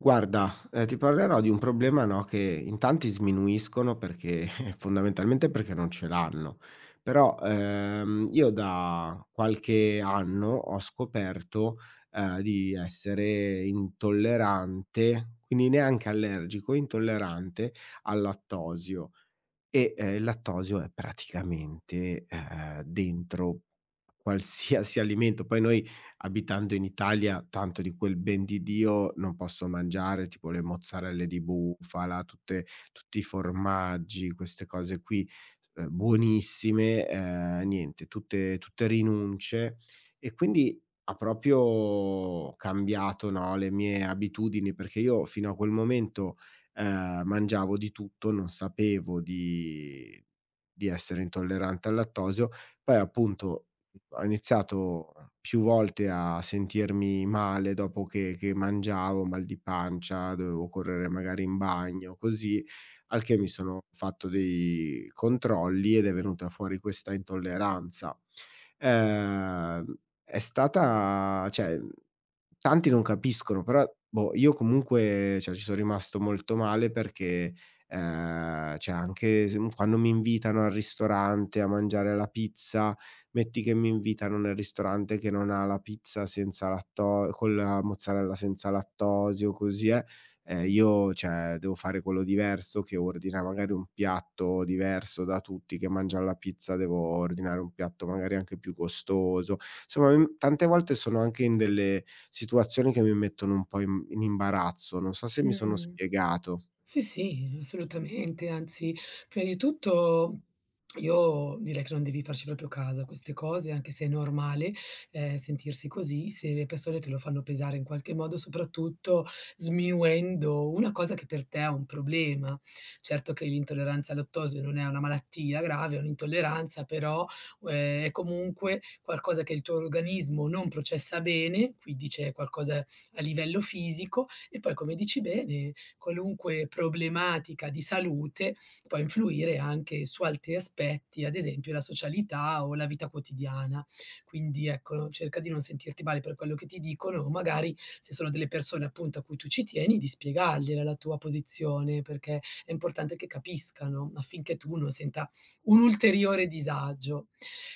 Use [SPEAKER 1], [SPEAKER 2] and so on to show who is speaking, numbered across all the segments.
[SPEAKER 1] Guarda, ti parlerò di un problema, no, che in tanti sminuiscono perché fondamentalmente perché non ce l'hanno. Però, io da qualche anno ho scoperto, di essere intollerante, quindi neanche allergico, intollerante al lattosio. E, il lattosio è praticamente, dentro qualsiasi alimento. Poi noi abitando in Italia, tanto di quel ben di Dio non posso mangiare, tipo le mozzarelle di bufala, tutte tutti i formaggi, queste cose qui, buonissime, niente, tutte rinunce. E quindi ha proprio cambiato, no, le mie abitudini, perché io fino a quel momento mangiavo di tutto, non sapevo di essere intollerante al lattosio. Poi appunto ho iniziato più volte a sentirmi male dopo che mangiavo, mal di pancia, dovevo correre magari in bagno, così, al che mi sono fatto dei controlli ed è venuta fuori questa intolleranza. Ehm, è stata cioè Tanti non capiscono, però boh, io comunque cioè ci son rimasto molto male perché, cioè anche se quando mi invitano al ristorante a mangiare la pizza, metti che mi invitano nel ristorante che non ha la pizza senza latto con la mozzarella senza lattosio, così è. Io cioè devo fare quello diverso che ordina magari un piatto diverso da tutti che mangian la pizza, devo ordinare un piatto magari anche più costoso. Insomma, tante volte sono anche in delle situazioni che mi mettono un po' in imbarazzo. Non so se mi sono
[SPEAKER 2] Mh.
[SPEAKER 1] spiegato.
[SPEAKER 2] Sì, sì, assolutamente. Anzi, prima di tutto io direi che non devi farci proprio caso a queste cose, anche se è normale, sentirsi così, se le persone te lo fanno pesare in qualche modo, soprattutto sminuendo una cosa che per te è un problema. Certo che l'intolleranza al lattosio non è una malattia grave, è un'intolleranza, però, è comunque qualcosa che il tuo organismo non processa bene, quindi c'è qualcosa a livello fisico e poi come dici bene qualunque problematica di salute può influire anche su altri aspetti, ad esempio la socialità o la vita quotidiana. Quindi ecco, cerca di non sentirti male per quello che ti dicono o magari se sono delle persone appunto a cui tu ci tieni, di spiegargliela la tua posizione, perché è importante che capiscano affinché tu non senta un ulteriore disagio.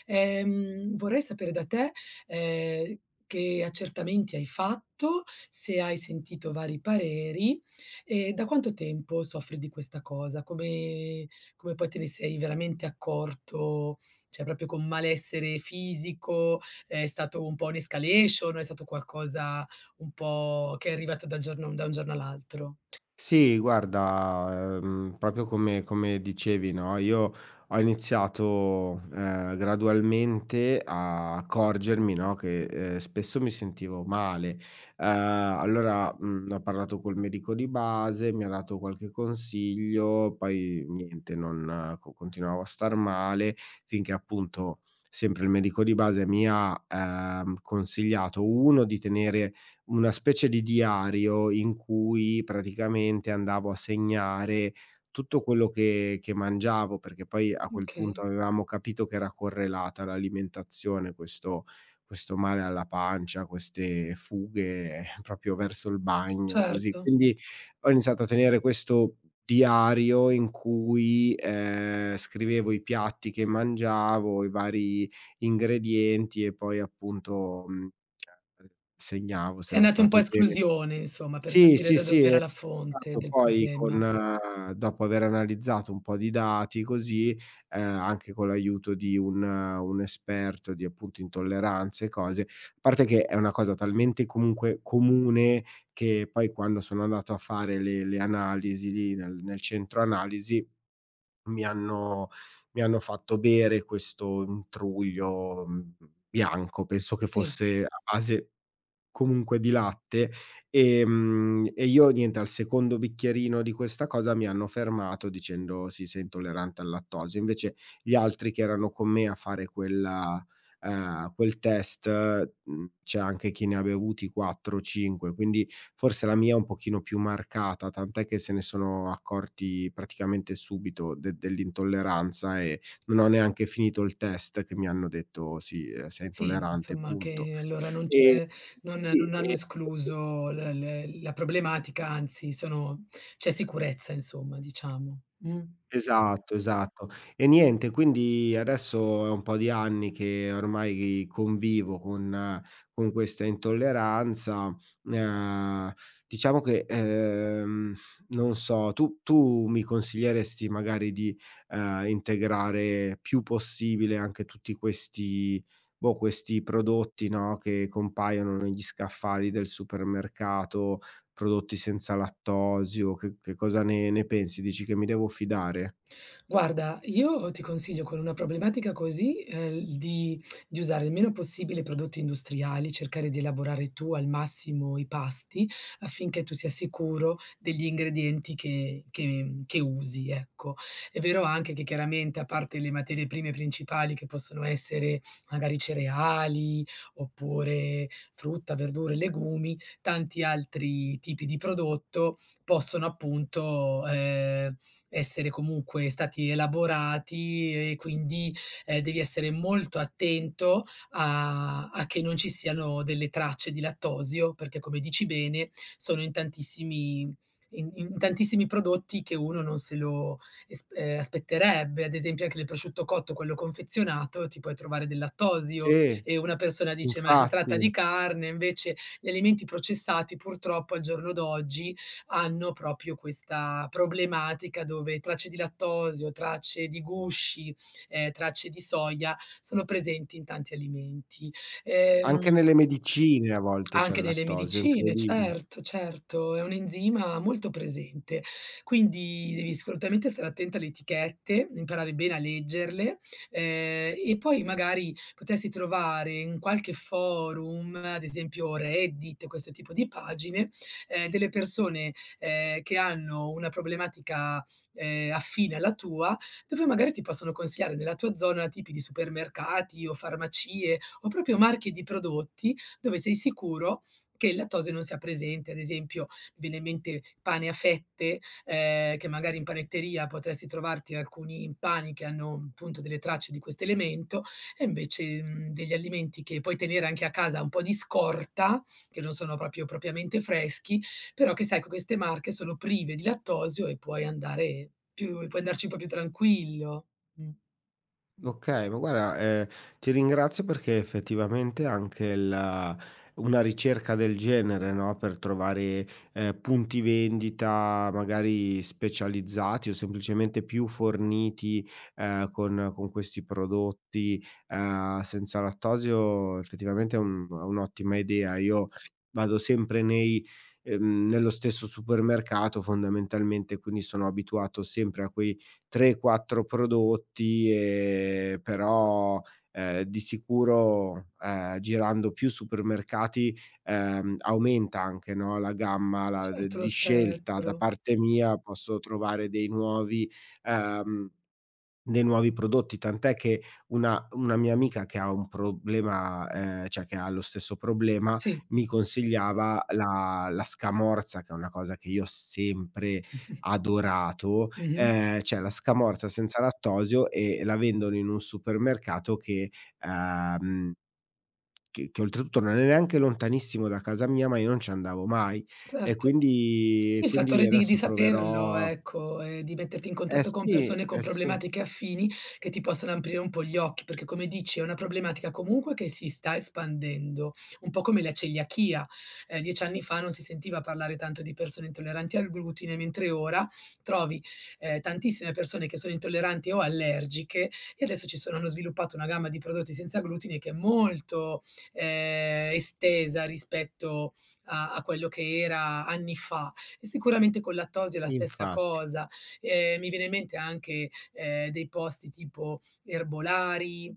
[SPEAKER 2] Vorrei sapere da te, ehm, che accertamenti hai fatto, se hai sentito vari pareri e da quanto tempo soffri di questa cosa? Come poi te ne sei veramente accorto? Cioè proprio con malessere fisico, è stato un po' un'escalation, è stato qualcosa un po' che è arrivato da un giorno all'altro?
[SPEAKER 1] Sì, guarda, proprio come dicevi, no, io ho iniziato, gradualmente a accorgermi, no, che, spesso mi sentivo male. Allora, ne ho parlato col medico di base, mi ha dato qualche consiglio, poi niente, non co continuavo a star male, finché appunto sempre il medico di base mi ha, consigliato: 1 di tenere una specie di diario in cui praticamente andavo a segnare tutto quello che mangiavo, perché poi a quel
[SPEAKER 2] Okay,
[SPEAKER 1] punto avevamo capito che era correlata l'alimentazione, questo male alla pancia, queste fughe proprio verso il bagno, così.
[SPEAKER 2] certo.
[SPEAKER 1] Quindi ho iniziato a tenere questo diario in cui, scrivevo i piatti che mangiavo, i vari ingredienti e poi appunto, ceh, segnavo se
[SPEAKER 2] Sei
[SPEAKER 1] ero
[SPEAKER 2] andato un po' a
[SPEAKER 1] stato bene.
[SPEAKER 2] esclusione insomma, per
[SPEAKER 1] Sì,
[SPEAKER 2] capire
[SPEAKER 1] sì,
[SPEAKER 2] da
[SPEAKER 1] sì, è
[SPEAKER 2] dov'era la fonte
[SPEAKER 1] stato
[SPEAKER 2] del
[SPEAKER 1] poi
[SPEAKER 2] problema.
[SPEAKER 1] con dopo aver analizzato un po' di dati così, anche con l'aiuto di un esperto di appunto intolleranze e cose, a parte che è una cosa talmente comunque comune che poi quando sono andato a fare le analisi lì nel centro analisi mi hanno mi hanno fatto bere questo intruglio, bianco, penso che
[SPEAKER 2] Sì.
[SPEAKER 1] fosse a base comunque di latte, e io niente al secondo bicchierino di questa cosa mi hanno fermato dicendo: "Sì, sei intollerante al lattosio". Invece gli altri che erano con me a fare quel test, c'è anche chi ne ha bevuti 4, 5, quindi forse la mia è un pochino più marcata, tant'è che se ne sono accorti praticamente subito de dell'intolleranza e non ho neanche finito il test che mi hanno detto: "Sì, sei
[SPEAKER 2] Sì,
[SPEAKER 1] intollerante,
[SPEAKER 2] insomma
[SPEAKER 1] punto".
[SPEAKER 2] che allora non
[SPEAKER 1] Ehm,
[SPEAKER 2] c'è non
[SPEAKER 1] sì,
[SPEAKER 2] non hanno escluso l l la problematica, anzi sono c'è sicurezza insomma, diciamo. Mh.
[SPEAKER 1] esatto, esatto. E niente, quindi adesso è un po' di anni che ormai convivo con questa intolleranza. Ehm, diciamo che, non so, tu mi consiglieresti magari di, integrare più possibile anche tutti questi prodotti, no, che compaiono negli scaffali del supermercato. Prodotti senza lattosio, che cosa ne pensi? Dici che mi devo fidare?
[SPEAKER 2] Guarda, io ti consiglio con una problematica così, l di usare il meno possibile prodotti industriali, cercare di elaborare tu al massimo i pasti, affinché tu sia sicuro degli ingredienti che usi, ecco. È vero anche che chiaramente, a parte le materie prime principali che possono essere magari cereali, oppure frutta, verdure, legumi, tanti altri tipi di prodotto possono appunto, essere comunque stati elaborati e quindi, devi essere molto attento a che non ci siano delle tracce di lattosio, perché come dici bene, sono in tantissimi in tantissimi prodotti che uno non se lo es aspetterebbe. Ad esempio anche nel prosciutto cotto, quello confezionato, ti puoi trovare del lattosio
[SPEAKER 1] Sì,
[SPEAKER 2] e una persona dice: "Ma si tratta
[SPEAKER 1] infatti,
[SPEAKER 2] di carne", invece gli alimenti processati purtroppo al giorno d'oggi hanno proprio questa problematica dove tracce di lattosio, tracce di gusci, tracce di soia sono presenti in tanti alimenti.
[SPEAKER 1] anche
[SPEAKER 2] Ehm
[SPEAKER 1] nelle medicine a volte c'è
[SPEAKER 2] anche
[SPEAKER 1] il
[SPEAKER 2] nelle
[SPEAKER 1] lattosio, è
[SPEAKER 2] medicine,
[SPEAKER 1] incredibile.
[SPEAKER 2] certo, certo, è un enzima molto presente. Quindi devi assolutamente stare attento alle etichette, imparare bene a leggerle, e poi magari potresti trovare in qualche forum, ad esempio Reddit, questo tipo di pagine, delle persone, che hanno una problematica, affine alla tua, dove magari ti possono consigliare nella tua zona tipi di supermercati o farmacie o proprio marchi di prodotti dove sei sicuro che il lattosio non sia presente. Ad esempio, mi viene in mente pane a fette, che magari in panetteria potresti trovarti alcuni pani che hanno appunto delle tracce di questo elemento, e invece, mhmm, degli alimenti che puoi tenere anche a casa un po' di scorta, che non sono proprio propriamente freschi, però che sai che queste marche sono prive di lattosio e puoi andarci un po' più tranquillo. Mh.
[SPEAKER 1] Okay, ma guarda, ti ringrazio perché effettivamente anche la una ricerca del genere, no, per trovare, punti vendita magari specializzati o semplicemente più forniti, con questi prodotti, senza lattosio effettivamente è un'ottima idea. Io vado sempre nei nello stesso supermercato fondamentalmente, quindi sono abituato sempre a quei 3, 4 prodotti, però, di sicuro, girando più supermercati, aumenta anche, no, la gamma la d
[SPEAKER 2] Certo, lo
[SPEAKER 1] di scelta. Da
[SPEAKER 2] spettro.
[SPEAKER 1] parte mia posso trovare ehm dei nuovi prodotti, tant'è che una mia amica che ha un problema cioè che ha lo stesso problema,
[SPEAKER 2] Sì.
[SPEAKER 1] mi consigliava la scamorza, che è una cosa che io ho sempre adorato,
[SPEAKER 2] Mh-mh.
[SPEAKER 1] cioè la scamorza senza lattosio e la vendono in un supermercato ehm, che oltretutto non è neanche lontanissimo da casa mia, ma io non ci andavo mai. E
[SPEAKER 2] Certo.
[SPEAKER 1] quindi
[SPEAKER 2] Sì,
[SPEAKER 1] e
[SPEAKER 2] il fattore
[SPEAKER 1] quindi
[SPEAKER 2] di
[SPEAKER 1] adesso
[SPEAKER 2] saperlo,
[SPEAKER 1] proverò,
[SPEAKER 2] ecco, e di metterti in
[SPEAKER 1] eh
[SPEAKER 2] contatto con
[SPEAKER 1] sì,
[SPEAKER 2] persone con
[SPEAKER 1] eh sì,
[SPEAKER 2] problematiche affini che ti possano aprire un po' gli occhi, perché come dici è una problematica comunque che si sta espandendo, un po' come la celiachia. 10 anni fa non si sentiva parlare tanto di persone intolleranti al glutine, mentre ora trovi, tantissime persone che sono intolleranti o allergiche e adesso ci sono hanno sviluppato una gamma di prodotti senza glutine che è molto, estesa rispetto a quello che era anni fa. E sicuramente col lattosio è la stessa
[SPEAKER 1] infatti,
[SPEAKER 2] cosa. Mi viene in mente anche, dei posti tipo erbolari,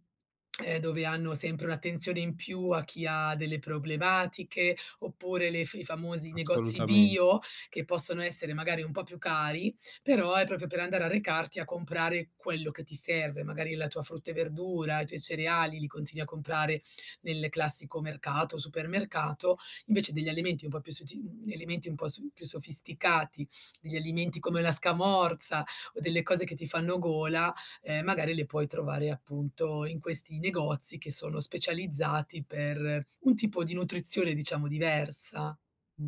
[SPEAKER 2] dove hanno sempre un'attenzione in più a chi ha delle problematiche, oppure le f i famosi negozi
[SPEAKER 1] assolutamen
[SPEAKER 2] bio, che possono essere magari un po' più cari, però è proprio per andare a recarti a comprare quello che ti serve, magari la tua frutta e verdura, i tuoi cereali li continui a comprare nel classico mercato o supermercato. Invece degli alimenti un po' più suti elementi un po' su più sofisticati, degli alimenti come la scamorza o delle cose che ti fanno gola, magari le puoi trovare appunto in questi negozi che sono specializzati per un tipo di nutrizione, diciamo, diversa. Mh.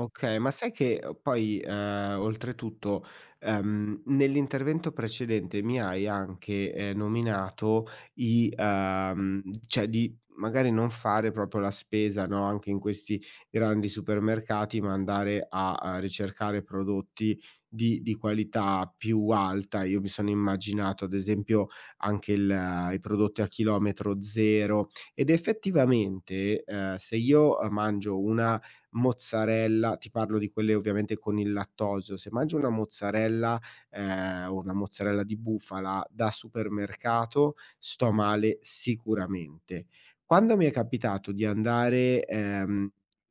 [SPEAKER 1] Okay, ma sai che, poi, oltretutto, nell'intervento precedente mi hai anche, nominato i cioè di magari non fare proprio la spesa, no, anche in questi grandi supermercati, ma andare a ricercare prodotti di qualità più alta. Io mi sono immaginato ad esempio anche il i prodotti a chilometro zero ed effettivamente, se io, mangio una mozzarella, ti parlo di quelle ovviamente con il lattosio, se mangio una mozzarella di bufala da supermercato, sto male sicuramente. Quando mi è capitato di andare,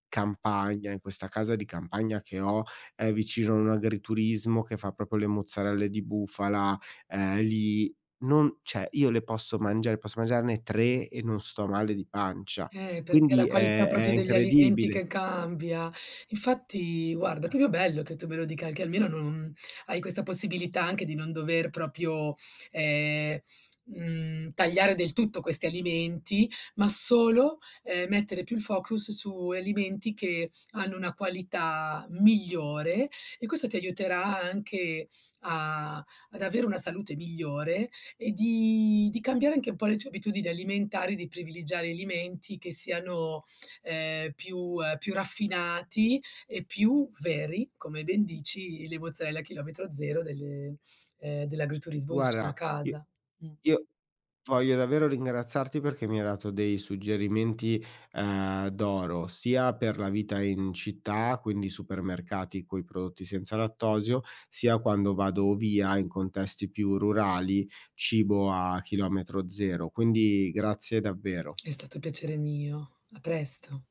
[SPEAKER 1] campagna, in questa casa di campagna che ho, vicino a un agriturismo che fa proprio le mozzarelle di bufala, lì non cioè io le posso mangiare, posso mangiarne 3 e non sto male di pancia.
[SPEAKER 2] Perché è la
[SPEAKER 1] Quindi
[SPEAKER 2] qualità
[SPEAKER 1] è
[SPEAKER 2] proprio degli alimenti
[SPEAKER 1] incredibile.
[SPEAKER 2] che cambia. Infatti guarda, è proprio bello che tu me lo dica, anche almeno non hai questa possibilità anche di non dover proprio, ehm, mhmm, tagliare del tutto questi alimenti, ma solo, mettere più il focus su alimenti che hanno una qualità migliore e questo ti aiuterà anche a ad avere una salute migliore e di cambiare anche un po' le tue abitudini alimentari, di privilegiare alimenti che siano, più raffinati e più veri, come ben dici, le mozzarella a chilometro zero delle dell'agriturismo vicino a
[SPEAKER 1] Guarda, i
[SPEAKER 2] casa. Mh.
[SPEAKER 1] io voglio davvero ringraziarti perché mi hai dato dei suggerimenti, d'oro, sia per la vita in città, quindi supermercati coi prodotti senza lattosio, sia quando vado via in contesti più rurali, cibo a chilometro zero. Quindi grazie davvero.
[SPEAKER 2] È stato piacere mio. A presto.